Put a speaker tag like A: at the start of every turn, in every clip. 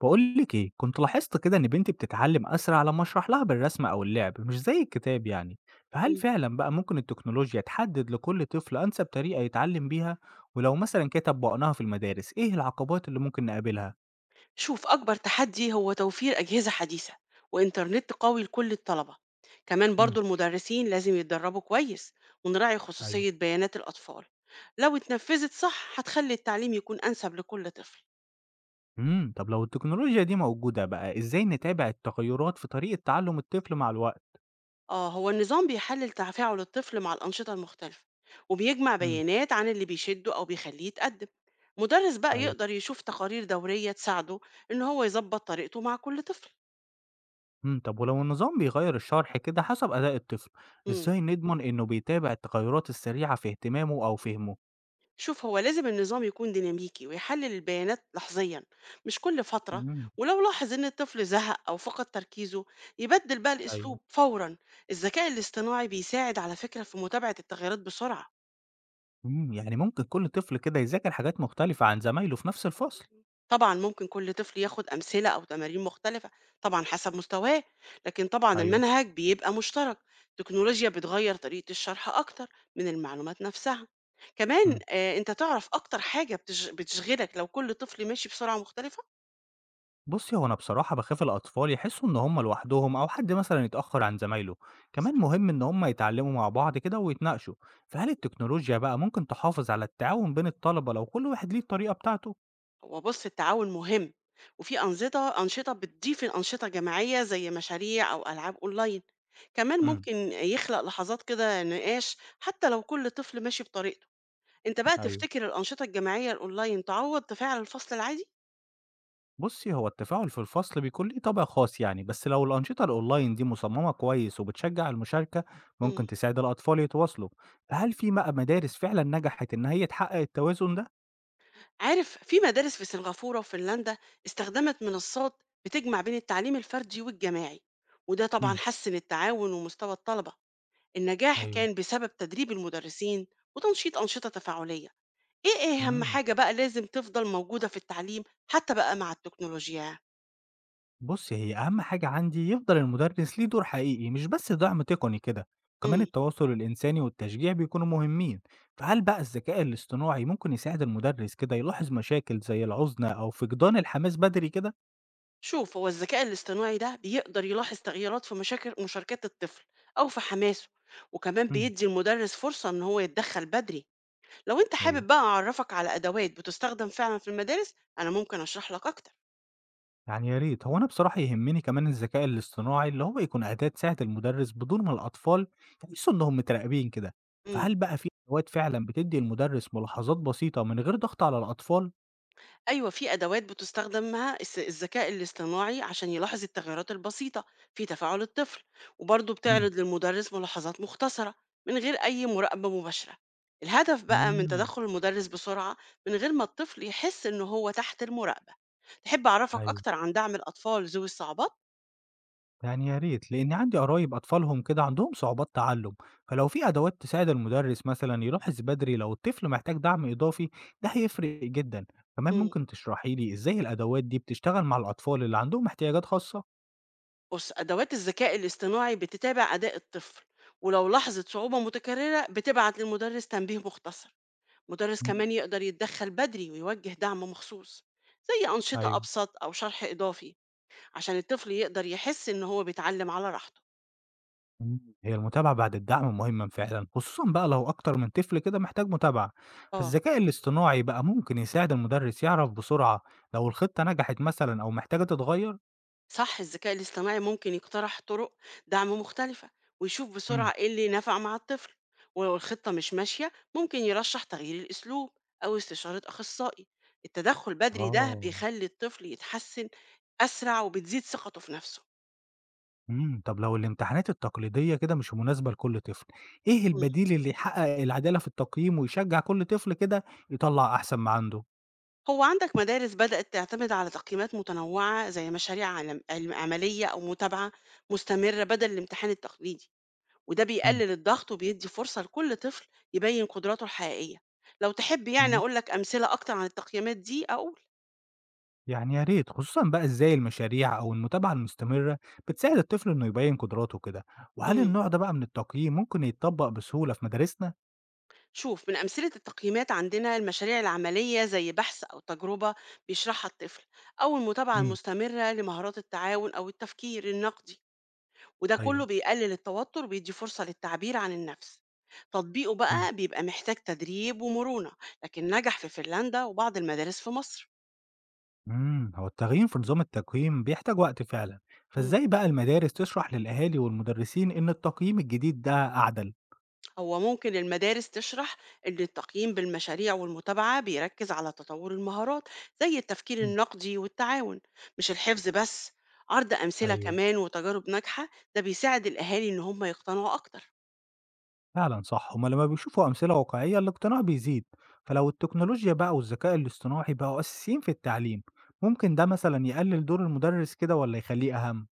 A: بقول لك ايه، كنت لاحظت كده ان بنتي بتتعلم اسرع لما اشرح لها بالرسم او اللعب، مش زي الكتاب يعني. فهل
B: إمم.
A: فعلا بقى ممكن التكنولوجيا تحدد لكل طفل انسب طريقة يتعلم بيها؟ ولو مثلا كتب بقناها في المدارس، ايه العقبات اللي ممكن نقابلها؟
B: شوف أكبر تحدي هو توفير أجهزة حديثة وإنترنت قوي لكل الطلبة، كمان
A: امم
B: برضو المدرسين لازم يتدربوا كويس ونراعي
A: ايوه.
B: خصوصية بيانات الأطفال، لو اتنفذت صح هتخلي التعليم يكون أنسب لكل طفل.
A: طب لو التكنولوجيا دي موجودة بقى، ازاي نتابع التغيرات في طريقة تعلم الطفل مع الوقت؟
B: آه هو النظام بيحلل تفاعل الطفل مع الأنشطة المختلفة وبيجمع
A: امم.
B: بيانات عن اللي بيشده أو بيخليه يتقدم، مدرس بقى
A: ايوه.
B: يقدر يشوف تقارير دورية تساعده إن هو يظبط طريقته مع كل طفل.
A: طب ولو النظام بيغير الشرح كده حسب اداء الطفل،
B: إمم.
A: ازاي نضمن انه بيتابع التغيرات السريعة في اهتمامه او فهمه؟
B: شوف هو لازم النظام يكون ديناميكي ويحلل البيانات لحظيا مش كل فترة،
A: امم.
B: ولو لاحظ إن الطفل زهق أو فقد تركيزه يبدل بقى الأسلوب
A: ايوه.
B: فورا. الذكاء الاصطناعي بيساعد على فكرة في متابعة التغيرات بسرعة.
A: إمم، يعني ممكن كل طفل كده يذاكر حاجات مختلفة عن زمايله في نفس الفصل.
B: طبعا ممكن كل طفل ياخد أمثلة أو تمارين مختلفة، طبعا حسب مستواه، لكن طبعا
A: أيوه.
B: المنهج بيبقى مشترك. التكنولوجيا بتغير طريقة الشرح أكتر من المعلومات نفسها. كمان
A: إمم.
B: آه، انت تعرف اكتر حاجة بتشغلك لو كل طفل ماشي بسرعة مختلفة؟
A: بُصّي، هو أنا بصراحة باخاف الأطفال يحسّوا إن هم لوحدهم أو حد مثلًا يتأخّر عن زمايله، كمان مهم إن هم يتعلّموا مع بعض كده ويتناقشوا، فهل التكنولوجيا بقى ممكن تحافظ على التعاون بين الطلبة لو كل واحد ليه الطريقة بتاعته؟
B: هو بص التعاون مهم، وفي أنظمة أنشطة بتضيف الأنشطة جماعية زي مشاريع أو ألعاب أونلاين. كمان
A: إمم،
B: ممكن يخلق لحظات كده نقاش حتى لو كل طفل ماشي بطريقته. أنت بقى
A: أيوه.
B: تفتكر الأنشطة الجماعية الأونلاين تعوض تفاعل الفصل العادي؟
A: بُصّي، هو التفاعل في الفصل بيكون ليه طابع خاص يعني، بس لو الأنشطة الأونلاين دي مصممة كويس وبتشجّع المشاركة،
B: مم.
A: ممكن تساعد الأطفال يتواصلوا. فهل في بقى مدارس فعلًا نجحت إن هي تحقق التوازن ده؟
B: عارف في مدارس في سنغافورة وفنلندا استخدمت منصات بتجمع بين التعليم الفردي والجماعي، وده طبعا
A: إمم،
B: حسن التعاون ومستوى الطلبة. النجاح
A: أيوه.
B: كان بسبب تدريب المدرسين وتنشيط أنشطة تفاعلية. إيه أهم
A: إمم،
B: حاجة بقى لازم تفضل موجودة في التعليم حتى بقى مع التكنولوجيا؟
A: بُصّي، هي أهم حاجة عندي يفضل المدرس ليه دور حقيقي، مش بس دعم تقني كده، كمان
B: إمم،
A: التواصل الإنساني والتشجيع بيكونوا مهمين. فهل بقى الذكاء الاصطناعي ممكن يساعد المدرس كده يلاحظ مشاكل زي العُزلة أو فقدان الحماس بدري كده؟
B: شوف هو الذكاء الاصطناعي ده بيقدر يلاحظ تغييرات في مشاكل مشاركات الطفل أو في حماسه، وكمان
A: إمم،
B: بيدي المدرس فرصة إن هو يتدخل بدري. لو أنت
A: أيوه.
B: حابب بقى أعرفك على أدوات بتستخدم فعلا في المدارس أنا ممكن أشرح لك أكتر.
A: يعني يا ريت، هو أنا بصراحة يهمني كمان الذكاء الاصطناعي اللي هو يكون أداة تساعد المدرس بدون ما الأطفال يحسوا إنهم متراقبين كده.
B: إمم.
A: فهل بقى في أدوات فعلا بتدي المدرس ملاحظات بسيطة من غير ضغط على الأطفال؟
B: أيوه، في أدوات بتستخدمها الذكاء الاصطناعي عشان يلاحظ التغيرات البسيطة في تفاعل الطفل، وبرضه
A: مم.
B: بتعرض للمدرس ملاحظات مختصرة من غير أي مراقبة مباشرة. الهدف بقى من
A: مم.
B: تدخل المدرس بسرعة من غير ما الطفل يحس إن هو تحت المراقبة. تحب أعرفك
A: أيوه.
B: أكتر عن دعم الأطفال ذوي الصعوبات؟
A: يعني يا ريت، لأن عندي قرايب أطفالهم كده عندهم صعوبات تعلم، فلو في أدوات تساعد المدرس مثلا يلاحظ بدري لو الطفل محتاج دعم إضافي، ده هيفرق جدا. كمان
B: مم.
A: ممكن تشرحي لي إزاي الأدوات دي بتشتغل مع الأطفال اللي عندهم احتياجات خاصة؟
B: بص أدوات الذكاء الاصطناعي بتتابع أداء الطفل، ولو لاحظت صعوبة متكررة بتبعت للمدرس تنبيه مختصر. مدرس
A: مم.
B: كمان يقدر يتدخل بدري ويوجه دعم مخصوص زي أنشطة
A: أيوه.
B: أبسط أو شرح إضافي عشان الطفل يقدر يحس إن هو بيتعلم على راحته.
A: إمم، هي المتابعة بعد الدعم مهمًا فعلًا، خصوصًا بقى لو أكتر من طفل كده محتاج متابعة،
B: آه
A: فالذكاء الاصطناعي بقى ممكن يساعد المدرس يعرف بسرعة لو الخطة نجحت مثلًا أو محتاجة تتغير؟
B: صح، الذكاء الاصطناعي ممكن يقترح طرق دعم مختلفة ويشوف
A: إمم،
B: بسرعة إيه اللي نفع مع الطفل. ولو الخطة مش ماشية ممكن يرشح تغيير الأسلوب أو استشارة أخصائي. التدخل بدري ده
A: آه،
B: بيخلي الطفل يتحسن أسرع وبتزيد ثقته في نفسه.
A: إمم، طب لو الامتحانات التقليدية كده مش مناسبة لكل طفل، إيه البديل اللي يحقق العدالة في التقييم ويشجع كل طفل كده يطلّع أحسن ما عنده؟
B: هو عندك مدارس بدأت تعتمد على تقييمات متنوعة زي مشاريع عملية أو متابعة مستمرة بدل الامتحان التقليدي، وده بيقلل الضغط وبيدي فرصة لكل طفل يبين قدراته الحقيقية. لو تحب يعني
A: إمم.
B: أقول لك أمثلة أكتر عن التقييمات دي.
A: يعني يا ريت، خصوصا بقى ازاي المشاريع او المتابعة المستمرة بتساعد الطفل انه يبين قدراته كده، وهل
B: مم.
A: النوع ده بقى من التقييم ممكن يتطبق بسهولة في مدارسنا؟
B: شوف من أمثلة التقييمات عندنا المشاريع العملية زي بحث أو تجربة بيشرحها الطفل، أو المتابعة
A: امم.
B: المستمرة لمهارات التعاون أو التفكير النقدي. وده كله
A: ايوه.
B: بيقلل التوتر وبيدي فرصة للتعبير عن النفس. تطبيقه
A: مم.
B: بقى بيبقى محتاج تدريب ومرونة، لكن نجح في فنلندا وبعض المدارس في مصر.
A: مم. هو التغيير في نظام التقييم بيحتاج وقت فعلا،
B: مم.
A: فازاي بقى المدارس تشرح للأهالي والمدرسين ان التقييم الجديد ده أعدل؟
B: هو ممكن المدارس تشرح إن التقييم بالمشاريع والمتابعة بيركز على تطور المهارات زي التفكير
A: مم.
B: النقدي والتعاون، مش الحفظ بس. عرض أمثلة
A: ايوه.
B: كمان وتجارب ناجحة ده بيساعد الأهالي إن هم يقتنعوا أكتر.
A: فعلا صح، هما لما بيشوفوا أمثلة واقعية الاقتناع بيزيد. فلو التكنولوجيا بقى والذكاء الاصطناعي بقوا أساسيين في التعليم، ممكن ده مثلا يقلل دور المدرس كده ولا يخليه أهم؟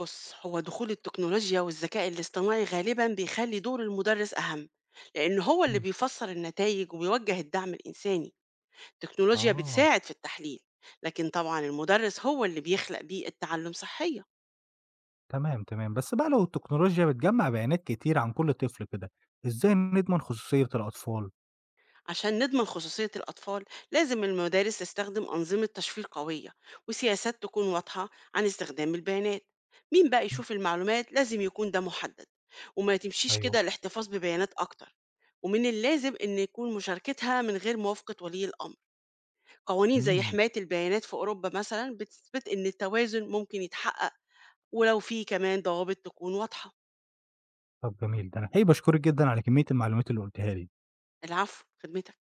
B: بص هو دخول التكنولوجيا والذكاء الاصطناعي غالبا بيخلي دور المدرس أهم، لأن هو اللي
A: إمم.
B: بيفسر النتائج وبيوجه الدعم الإنساني. التكنولوجيا
A: آه،
B: بتساعد في التحليل، لكن طبعا المدرس هو اللي بيخلق بيئة تعلم صحية.
A: تمام، تمام. بس بقى لو التكنولوجيا بتجمّع بيانات كتير عن كل طفل كده، إزاي نضمن خصوصية الأطفال؟
B: عشان نضمن خصوصية الأطفال لازم المدارس تستخدم أنظمة تشفير قوية، وسياسات تكون واضحة عن استخدام البيانات. مين بقى
A: مم.
B: يشوف المعلومات لازم يكون ده محدد، وما تمشيش
A: أيوه.
B: كده الاحتفاظ ببيانات أكتر. ومن اللازم إن يكون مشاركتها من غير موافقة ولي الأمر. قوانين زي
A: إمم.
B: حماية البيانات في أوروبا مثلا بتثبت إن التوازن ممكن يتحقق، ولو في كمان ضوابط تكون واضحة.
A: طب جميل، ده أنا الحقيقة باشكرِك جدًا على كمية المعلومات اللي قُلتيها لي.
B: العفو، خدمتك.